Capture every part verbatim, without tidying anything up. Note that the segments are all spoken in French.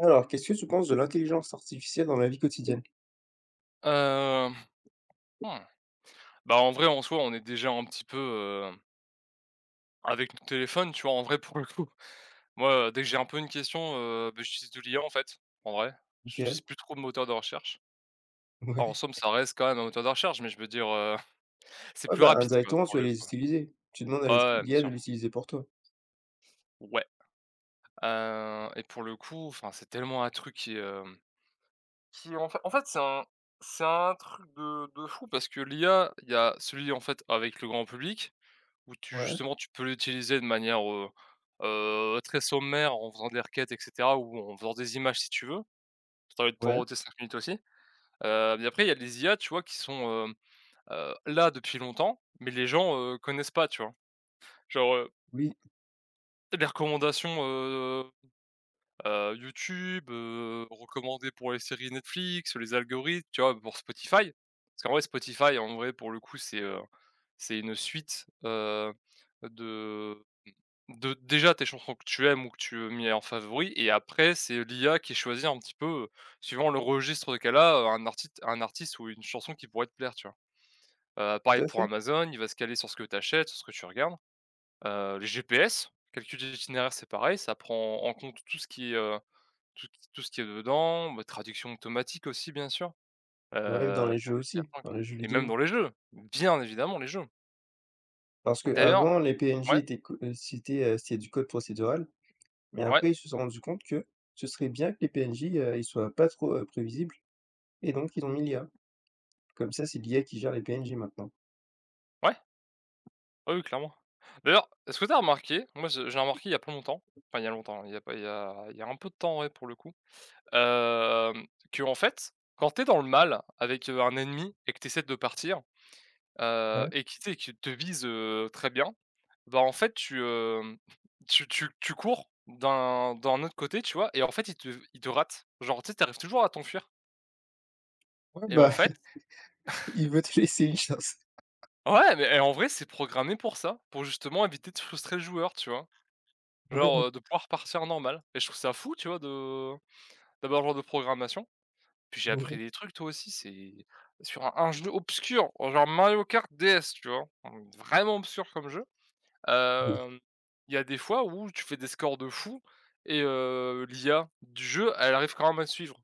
Alors, qu'est-ce que tu penses de l'intelligence artificielle dans la vie quotidienne? Hem, mmh, bah, en vrai, en soi, on est déjà un petit peu, heu, avec nos téléphones, tu vois? En vrai, pour le coup, moi, euh, dès que j'ai un peu une question, heu, beh, j'utilise de l'I A, en fait, en vrai. J'utilise OK. plus trop de moteur de recherche. Alors, en Ouais. somme, ça reste quand même un moteur de recherche, mais je veux dire, heu, c'est Ouais, plus bah, rapide, quoi, indirectement, pour tu vas le les coup. utiliser. Tu demandes à Ouais, l'ut ouais, bien l'I A de sûr. l'utiliser pour toi. Ouais, heu et pour le coup, enfin, c'est tellement un truc qui, hem, qui en fait en fait, c'est un c'est un truc de de fou parce que l'I A, il y a celui, en fait, avec le grand public. Où tu Ouais, justement, tu peux l'utiliser de manière, heu heu, très sommaire en faisant des requêtes et cetera ou en faisant des images si tu veux. Si tu as envie de pouvoir ouais, ôter cinq minutes aussi. Heu, mais après il y a les I A, tu vois, qui sont, heu heu, là depuis longtemps, mais les gens, heu, connaissent pas, tu vois? Genre, heu, oui, les recommandations, heu heu, YouTube, heu, recommandées pour les séries Netflix, les algorithmes, tu vois, pour Spotify. Parce qu'en vrai Spotify, en vrai, pour le coup, c'est, heu, c'est une suite, heu, de De déjà tes chansons que tu aimes ou que tu mets en favori. Et après c'est l'I A qui choisit un petit peu, heu, suivant le registre qu'elle a, heu, un artiste un artiste ou une chanson qui pourrait te plaire, tu vois? Heu, tout Pareil à pour fait. Amazon, il va se caler sur ce que tu achètes, sur ce que tu regardes. Heu, les G P S, calcul d'itinéraire, c'est pareil, ça prend en compte tout ce qui est, heu, tout tout ce qui est dedans, bah, traduction automatique aussi bien sûr. Heu, Bah, même dans les il y a jeux il y a aussi, plein dans quoi, les jeux et même vidéo. dans les jeux, bien évidemment les jeux. Parce que D'ailleurs, avant, les P N J ouais, étaient co heu, c'était, heu, c'était du code procédural, mais ouais, après, ils se sont rendus compte que ce serait bien que les P N J, heu, ils soient pas trop, heu, prévisibles. Et donc ils ont mis l'I A. Comme ça, c'est l'I A qui gère les P N J maintenant. ouais. Ah oui, clairement. D'ailleurs, est-ce que tu as remarqué, moi je j'ai remarqué il y a pas longtemps, enfin il y a longtemps, il y a pas il y a il y a un peu de temps, ouais, pour le coup, euh, que en fait, quand t'es dans le mal avec, heu, un ennemi et que t'essaies de partir, heu Ouais, et qui, tu sais, qui te vise, heu, très bien, bah, en fait tu, hem, tu tu tu cours d'un d'un autre côté, tu vois? Et en fait il te il te rate. Genre tu sais, tu toujours à t'enfuir ouais, et en bah, fait il veut te laisser une chance. ouais, mais et en vrai c'est programmé pour ça, pour justement éviter de frustrer le joueur, tu vois? Ouais, Genre, heu, de pouvoir partir normal, et je trouve ça fou, tu vois, de d'avoir genre de programmation. Puis j'ai ouais, appris ouais. des trucs, toi aussi, c'est sur un un jeu obscur, genre Mario Kart D S, tu vois? Mmh, vraiment obscur comme jeu. Hem, il y a des fois où tu fais des scores de fou et heu, l'I A du jeu, elle arrive quand même à te suivre.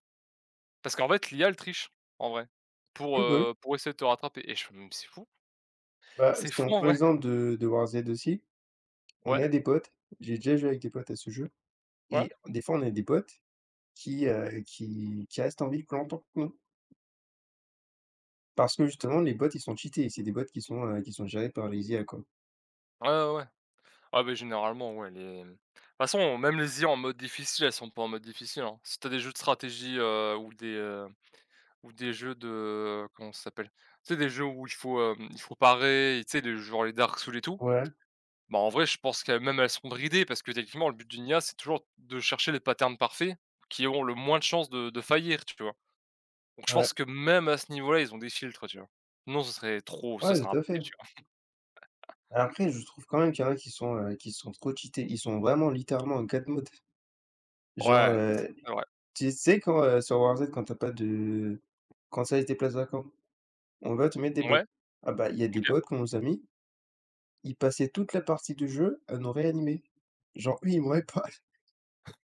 Parce qu'en fait, l'I A, elle triche, en vrai, pour, Ouais, bah, oui. heu, pour essayer de te rattraper et je fais: «Mais c'est fou, Bah, c'est si fou on en prend vrai». l'exemple de de Warzone aussi, on a des potes, j'ai déjà joué avec des potes à ce jeu Ouais. et des fois, on a des potes qui, heu, qui qui restent en vie plus longtemps que nous. Parce que justement, les bots, ils sont cheatés, c'est des bots qui sont, heu, qui sont gérés par les I A, quoi. Ouais, ouais, ouais. Ah beh, généralement, ouais, les de toute façon, même les I A en mode difficile, elles sont pas en mode difficile, hein. Si t'as des jeux de stratégie, heu, ou des, heu, ou des jeux de, comment ça s'appelle? Tu sais, des jeux où il faut, hem, il faut parer, et tu sais, les genre les Dark Souls et tout, Ouais, bah, en vrai, je pense que même elles sont bridées, parce que techniquement, le but d'une I A, c'est toujours de chercher les patterns parfaits qui ont le moins de chances de de faillir, tu vois? Donc je ouais, pense que même à ce niveau-là, ils ont des filtres, tu vois? Non, ce serait trop ce ouais, serait tout à impossible, fait. tu Après, je trouve quand même qu'il y en a qui sont, heu, qui sont trop cheatés. Ils sont vraiment littéralement en quatre modes. vois? Genre, Ouais, heu, c'est vrai. tu sais quand, heu, sur Warzone, quand t'as pas de quand ça laisse des places vacantes, on va te mettre des bots. Ouais, Ah bah, il y a des OK. bots qu'on nous a mis, ils passaient toute la partie du jeu à nous réanimer. Genre eux, ils mouraient pas.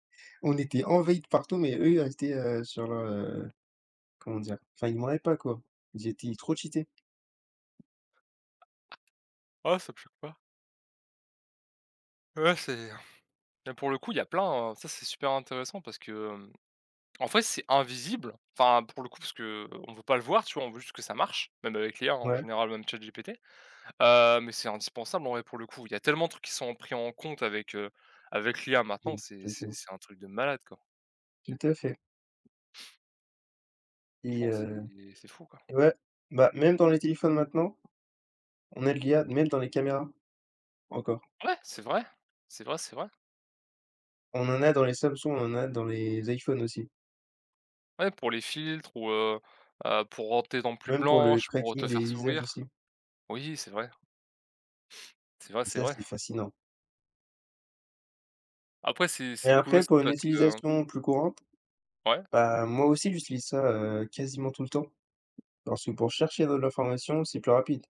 On était envahis de partout, mais eux, ils restaient, heu, sur leur, heu, comment dire? Enfin, ils mouraient pas, quoi. Ils étaient trop cheatés. Ah, ça me choque pas. Ouais, c'est mais pour le coup, il y a plein, heu, ça c'est super intéressant parce que, hem, en fait c'est invisible. Enfin, pour le coup, parce que on veut pas le voir, tu vois? On veut juste que ça marche, même avec l'I A, hein, en Ouais. général, même ChatGPT. Heu, mais c'est indispensable en vrai, pour le coup. Il y a tellement de trucs qui sont pris en compte avec, heu, avec l'I A maintenant, Oui, c'est tout à fait. c'est Hein. c'est un truc de malade, quoi. Tout à fait et Franchement, heu c'est c'est fou, quoi. et ouais, bah, même dans les téléphones maintenant, on a de l'I A, même dans les caméras encore. Ouais, c'est vrai, c'est vrai, c'est vrai. On en a dans les Samsung, on en a dans les iPhones aussi, Ouais, pour les filtres ou, heu heu, pour rendre tes dents plus même pour le blanches, pour te tracking faire des visages sourire. aussi, Oui, c'est vrai, c'est vrai, et c'est ça, vrai. c'est fascinant. Après, c'est Mais c'est cool après, aussi pour une parce que, utilisation plus courante, ouais? bah, moi aussi j'utilise ça, heu, quasiment tout le temps, parce que pour chercher de l'information, c'est plus rapide.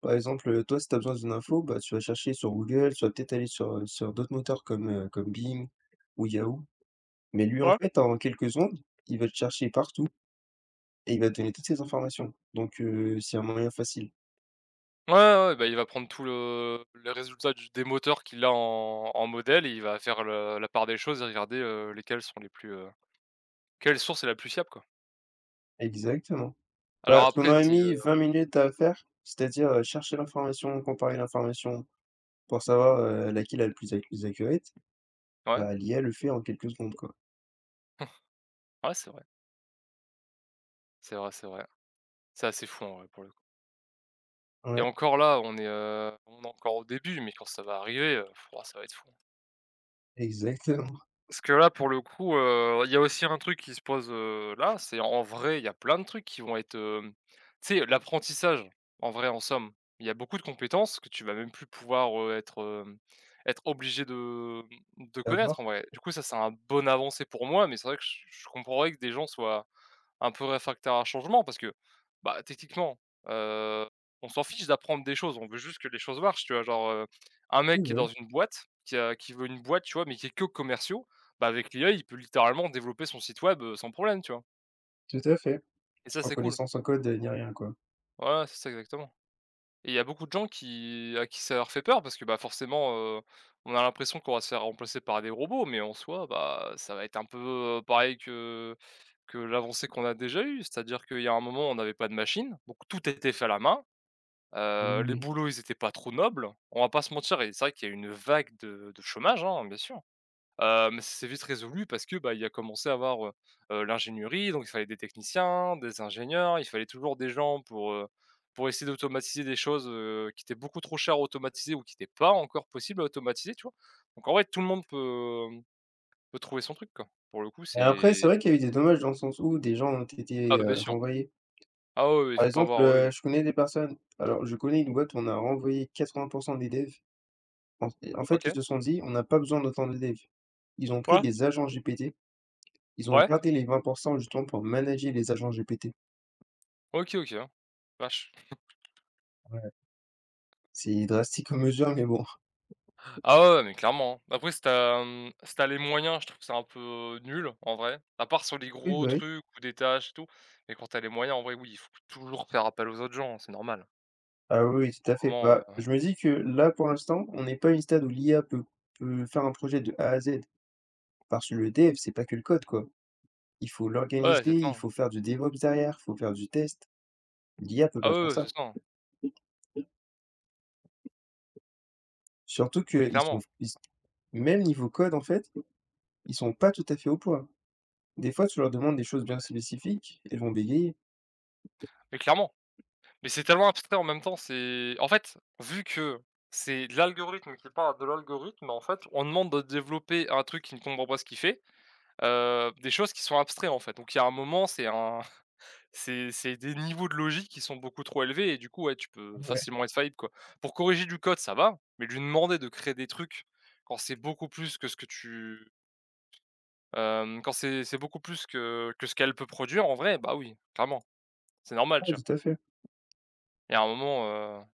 Par exemple, toi, si tu as besoin d'une info, bah, tu vas chercher sur Google, tu vas peut-être aller sur, euh, sur d'autres moteurs comme, heu, comme Bing ou Yahoo. Mais lui, en Ouais. fait, en quelques secondes, il va te chercher partout et il va te donner toutes ces informations. Donc, heu, c'est un moyen facile. Ouais, ouais, ouais, bah, il va prendre tout le les résultats du des moteurs qu'il a en en modèle, et il va faire le la part des choses et regarder, heu, lesquelles sont les plus, heu, quelle source est la plus fiable, quoi. Exactement. Bah, Alors ce qu'on après aurait si, heu mis vingt minutes à faire, c'est-à-dire, heu, chercher l'information, comparer l'information pour savoir, heu, laquelle est la plus ac plus accurate, ouais, bah, l'I A le fait en quelques secondes, quoi. ouais, c'est vrai, c'est vrai, c'est vrai. C'est assez fou en vrai, pour le coup, et Ouais, encore là, on est, heu, on est encore au début, mais quand ça va arriver, heu, pouah, ça va être fou. exactement. Parce que là, pour le coup, heu, il y a aussi un truc qui se pose, heu, là, c'est en vrai, il y a plein de trucs qui vont être, hem, tu sais, l'apprentissage, en vrai, en somme. Il y a beaucoup de compétences que tu vas même plus pouvoir, heu, être, hem, être obligé de, mmh, de connaître, en D'abord. vrai. Du coup, ça, c'est un bonne avancée pour moi, mais c'est vrai que je je comprendrais que des gens soient un peu réfractaires à un changement, parce que, bah, techniquement, heu, on s'en fiche d'apprendre des choses, on veut juste que les choses marchent, tu vois? Genre, heu, un mec Oui, qui est dans oui, une boîte, qui a qui veut une boîte, tu vois? Mais qui est que commerciaux, bah, avec l'I A, il peut littéralement développer son site web, heu, sans problème, tu vois? tout à fait, Et ça, sans c'est cool. connaissance en code, heu, ni rien, quoi. Ouais, ouais, c'est ça exactement. Et il y a beaucoup de gens qui à qui ça leur fait peur parce que, bah, forcément, heu, on a l'impression qu'on va se faire remplacer par des robots, mais en soi, bah, ça va être un peu, heu, pareil que que l'avancée qu'on a déjà eue. C'est-à-dire qu'il y a un moment, on n'avait pas de machine, donc tout était fait à la main. Oui, Heu, les oui. boulots, ils étaient pas trop nobles. On va pas se mentir, et c'est vrai qu'il y a eu une vague de de chômage, hein, bien sûr. Heu, mais ça s'est vite résolu parce que, bah, il y a commencé à avoir, heu heu, l'ingénierie, donc il fallait des techniciens, des ingénieurs, il fallait toujours des gens pour, heu, pour essayer d'automatiser des choses, heu, qui étaient beaucoup trop chères à automatiser ou qui n'étaient pas encore possibles à automatiser, tu vois? Donc en vrai, tout le monde peut, mmh, peut trouver son truc, quoi. Pour le coup, Et après, c'est c'est vrai qu'il y a eu des dommages dans le sens où des gens ont ah, été, bah, bien heu, sûr. renvoyés. Ah ouais ouais, il Par faut pas exemple, avoir, oui, oui. heu, je connais des personnes, alors je connais une boîte où on a renvoyé quatre-vingts pour cent des devs. En fait en fait, ils OK. se sont dit: «On n'a pas besoin d'autant de devs». Ils ont pris Ouais, des agents G P T, ils ont ouais, gardé les vingt pour cent justement pour manager les agents G P T. OK, OK, hein. Vache. Ouais, c'est drastique comme mesure, mais bon. Ah ouais, ouais, mais clairement, hein. Après si tu as, mmh, si tu les moyens, je trouve que c'est un peu nul en vrai, à part sur les Oui, gros bah, oui. trucs ou des tâches et tout, mais quand t'as les moyens, en vrai, oui, il faut toujours faire appel aux autres gens, hein, c'est normal. Ah oui, oui, tout à fait. Vraiment, Bah, heu, je me dis que là, pour l'instant, on n'est pas à une stade où l'I A peut peut faire un projet de A à Z. Parce que le dev, c'est pas que le code, quoi. Il faut ouais, c'est l'organiser, ça, il hein. faut faire du DevOps derrière, il faut faire du test. L'I A peut Ah pas ouais, faire ouais, c'est ça. ça, hein. Surtout Mais qu'ils sont clairement, ils Même niveau code, en fait, ils sont pas tout à fait au point. Des fois, tu leur demandes des choses bien spécifiques, elles vont bégayer. mais clairement. Mais c'est tellement abstrait en même temps, c'est en fait, vu que c'est de l'algorithme qui part de l'algorithme, en fait, on demande de développer un truc qui ne comprend pas ce qu'il fait, heu, des choses qui sont abstraites, en fait, donc il y a un moment, c'est un C'est c'est des niveaux de logique qui sont beaucoup trop élevés, et du coup, ouais, tu peux Ouais, facilement être faillible, quoi. Pour corriger du code, ça va, mais lui demander de créer des trucs quand c'est beaucoup plus que ce que tu, hem, quand c'est c'est beaucoup plus que que ce qu'elle peut produire en vrai, bah, oui, clairement, c'est normal, tu ouais, vois? tout à fait. Il y a un moment, heu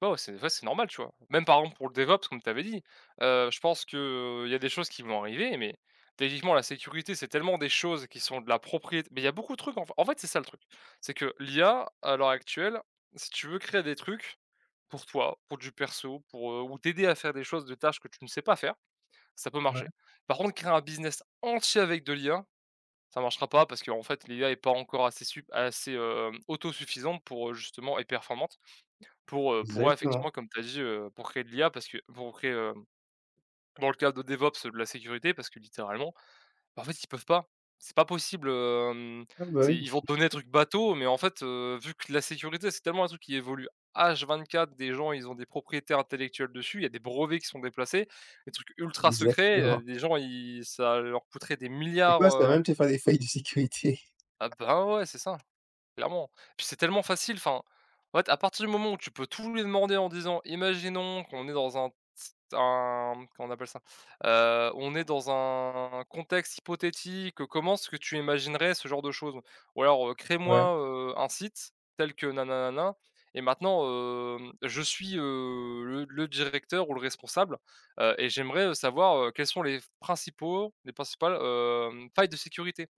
bah, ouais, c'est ouais, c'est normal, tu vois? Même par exemple pour le DevOps, comme tu avais dit, heu, je pense qu'il y a des choses qui vont arriver, mais techniquement la sécurité, c'est tellement des choses qui sont de la propriété, mais il y a beaucoup de trucs en f en fait, c'est ça le truc. C'est que l'I A, à l'heure actuelle, si tu veux créer des trucs pour toi, pour du perso, pour, heu, ou t'aider à faire des choses, des tâches que tu ne sais pas faire, ça peut Ouais, marcher. Par contre, créer un business entier avec de l'I A, ça marchera pas parce qu'en fait l'I A n'est pas encore assez sup assez, heu, autosuffisante pour, heu, justement et performante. Pour, heu, pour ouais, exactement. effectivement, comme tu as dit, heu, pour créer de l'I A parce que pour créer, hem, dans le cadre de DevOps, heu, de la sécurité parce que littéralement, bah, en fait, ils peuvent pas. C'est pas possible, hem, Ah bah c'est oui, ils vont te donner un truc bateau, mais en fait, heu, vu que la sécurité, c'est tellement un truc qui évolue H vingt-quatre, des gens, ils ont des propriétés intellectuelles dessus, il y a des brevets qui sont déplacés, des trucs ultra secrets, heu, exactement. des gens, ils ça leur coûterait des Des milliards, quoi, ça va heu même te faire des failles de sécurité. ah, ben, ouais, c'est ça. Clairement. Puis c'est tellement facile, enfin, en fait, à partir du moment où tu peux tout lui demander en disant: «Imaginons qu'on est dans un ts un», comment on appelle ça? Heu, on est dans un contexte hypothétique, comment est-ce que tu imaginerais ce genre de choses? Ou alors, heu: Ouais, «Crée-moi, heu, un site tel que nananana et maintenant, hem, je suis, heu, le le directeur ou le responsable, heu, et j'aimerais, savoir, heu, quels sont les principaux les principales, hem, failles de sécurité».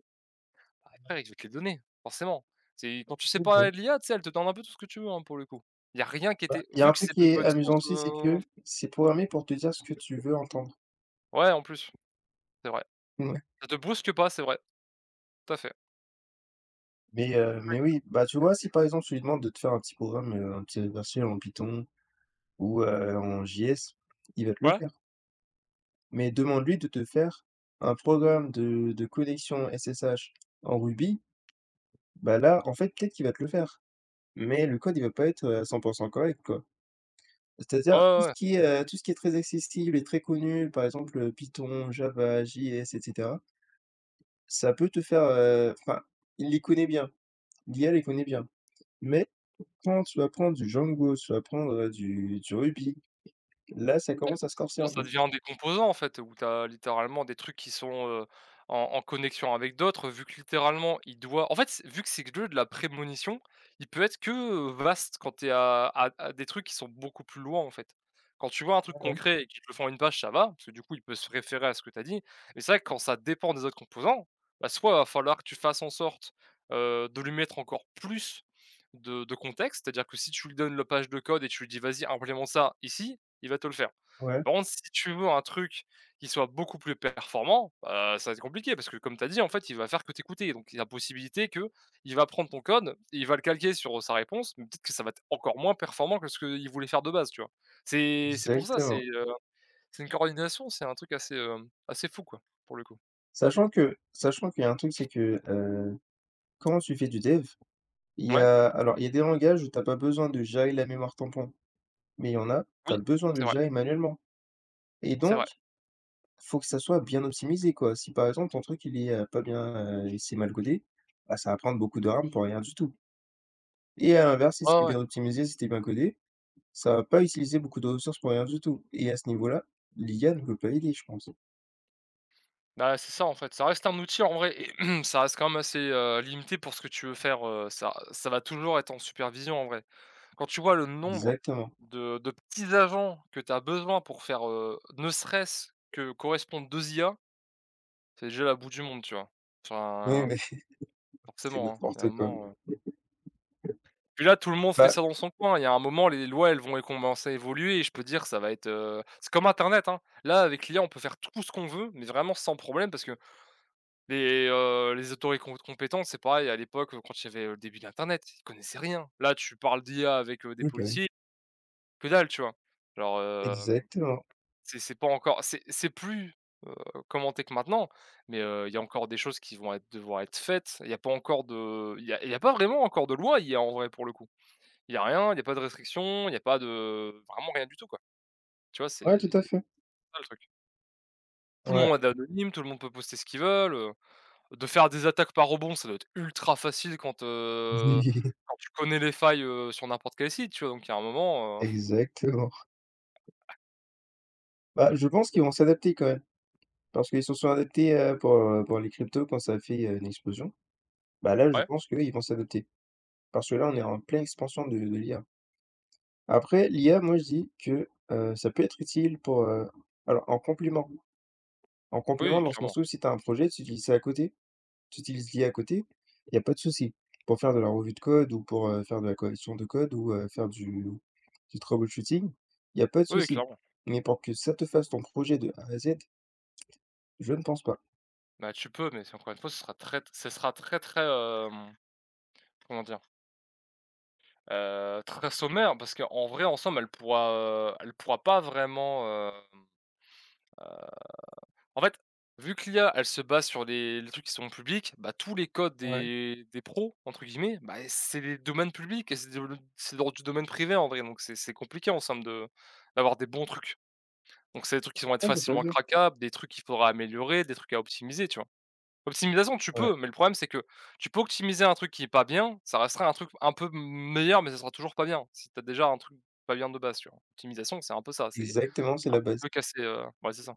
Ah frère, je vais te les donner, forcément. C'est quand tu sais eh pas beh, l'I A, tu sais, elle te donne un peu tout ce que tu veux, hein, pour le coup. Il y a rien qui bah, était il y a vu un que truc c'est de qui est l'open source, amusant aussi, c'est heu que c'est programmé pour te dire ce que tu veux entendre. ouais, en plus, c'est vrai. Ouais. Ça te brusque pas, c'est vrai, tout à fait. Mais heu, Ouais, mais oui, bah, tu c'est vois, assez si par faux. exemple, je lui demande de te faire un petit programme, heu, un petit exercice en Python ou heu, en J S, il va te le Ouais, faire. Mais demande-lui de te faire un programme de de connexion S S H en Ruby, bah, là, en fait, peut-être qu'il va te le faire, mais le code, il va pas être, heu, à cent pour cent correct, quoi. ouais, C'est-à-dire tout ouais, ce ouais. qui est, heu, tout ce qui est très accessible et très connu, par exemple, heu, Python, Java, J S et cetera, ça peut te faire, heu, enfin, il les connaît bien, l'I A les connaît bien. Mais quand tu vas prendre du Django, tu vas prendre, heu, du du Ruby, là, ça Ouais, commence quand à se c corser quand un ça peu. devient des composants, en fait, où tu as littéralement des trucs qui sont, heu, en en connexion avec d'autres, vu que littéralement il doit en fait, c vu que c'est que de la prémonition, il peut être que, heu, vaste quand tu es à à à des trucs qui sont beaucoup plus loin, en fait. Quand tu vois un truc Ouais, concret et qu'ils te le font en une page, ça va, parce que du coup, il peut se référer à ce que tu as dit. Mais c'est vrai que quand ça dépend des autres composants, bah, soit il va falloir que tu fasses en sorte, heu, de lui mettre encore plus de de contexte, c'est-à-dire que si tu lui donnes la page de code et tu lui dis: «Vas-y, implémente ça ici», il va te le faire. ouais, Mais ouais, par contre, si tu veux un truc qui soit beaucoup plus performant, heu, ça va être compliqué parce que comme tu as dit, en fait, il va faire que t'écouter. Donc il y a la possibilité que il va prendre ton code, il va le calquer sur, sa réponse, mais peut-être que ça va être encore moins performant que ce qu'il voulait faire de base, tu vois? C'est c'est pour ça, c'est, exactement. heu, c'est une coordination, c'est un truc assez, hem, assez fou, quoi, pour le coup. Sachant que sachant qu'il y a un truc, c'est que, heu, quand tu fais du dev, il y Ouais, a alors, il y a des langages où t'as pas besoin de gérer la mémoire tampon, mais il y en a, tu as oui, besoin de c'est le vrai, gérer manuellement. Et c'est donc vrai. faut que ça soit bien optimisé, quoi. Si par exemple ton truc il est, heu, pas bien, heu, et c'est mal codé, bah, ça va prendre beaucoup de RAM pour rien du tout. Et à l'inverse, si Ouais, c'est ouais. bien optimisé, si c'est bien codé, ça va pas utiliser beaucoup de ressources pour rien du tout, et à ce niveau-là, l'I A ne peut pas aider, je pense. Bah, c'est ça, en fait, ça reste un outil en vrai et ça reste quand même assez, heu, limité pour ce que tu veux faire, heu, ça ça va toujours être en supervision en vrai. Quand tu vois le nombre Exactement. de de petits agents que tu as besoin pour faire, heu, ne serait-ce que correspondre deux I A, c'est déjà la bout du monde, tu vois? Oui, Enfin, mais c'est forcément, hein, il y a un n'importe quoi. moment, heu puis là, tout le monde fait Bah, ça dans son coin. Il y a un moment, les lois, elles vont commencer à évoluer et je peux dire ça va être, heu c'est comme internet, hein. Là, avec l'I A, on peut faire tout ce qu'on veut, mais vraiment sans problème parce que les, heu, les autorités com compétentes, c'est pareil à l'époque, quand il y avait, heu, le début d'internet, ils connaissaient rien. Là, tu parles d'I A avec, heu, des oui, bah, oui, policiers, que dalle, tu vois? Alors, exactement. C'est c'est pas encore c'est c'est plus, heu, commenté que maintenant, mais heu, il y a encore des choses qui vont être devoir être faites. Il y a pas encore de il y a il y a pas vraiment encore de loi il y a en vrai pour le coup. Il y a rien, il y a pas de restriction il y a pas de vraiment rien du tout quoi. Tu vois? Ouais, tout à C'est fait. ça le truc. Tout le Ouais. monde est anonyme, tout le monde peut poster ce qu'ils veulent, heu, de faire des attaques par rebond, ça doit être ultra facile quand, heu, Oui, quand tu connais les failles, heu, sur n'importe quel site, tu vois? Donc il y a un moment, heu exactement. Bah, je pense qu'ils vont s'adapter quand même parce qu'ils se sont adaptés, heu, pour, heu, pour les cryptos quand ça a fait, heu, une explosion. Bah, là, je ouais, pense qu'eux, ils vont s'adapter. Parce que là, on est en pleine expansion de de l'I A. Après, l'I A, moi, je dis que, heu, ça peut être utile pour, heu, alors en complément en oui, complément dans ce clairement. sens où si tu as un projet, tu utilises ça à côté, tu utilises l'I A à côté, il y a pas de souci. Pour faire de la revue de code ou pour, heu, faire de la correction de code ou, heu, faire du du troubleshooting, il y a pas de Oui, souci. clairement. Mais pour que ça te fasse ton projet de A à Z, je ne pense pas. Bah, tu peux, mais c'est encore une fois, ce sera très ce sera très, très, hem, comment dire? Heu, très sommaire parce qu'en vrai, ensemble, elle pourra, heu, elle pourra pas vraiment, hem en fait, vu que l'I a, elle se base sur les les trucs qui sont publics, bah, tous les codes Ouais. des des pros, entre guillemets, bah, c'est des domaines publics et c'est de c'est dans du domaine privé, en vrai, donc c'est c'est compliqué, ensemble de d'avoir des bons trucs. Donc c'est des trucs qui vont être Ouais, tout à facilement fait. craquables, des trucs qu'il faudra améliorer, des trucs à optimiser, tu vois? Optimisation, tu Ouais, peux, mais le problème, c'est que tu peux optimiser un truc qui est pas bien, ça restera un truc un peu meilleur, mais ça sera toujours pas bien, si tu as déjà un truc pas bien de base, tu vois? L'optimisation, c'est un peu ça, c'est exactement, c'est un la base. peu casser, heu ouais, c'est ça.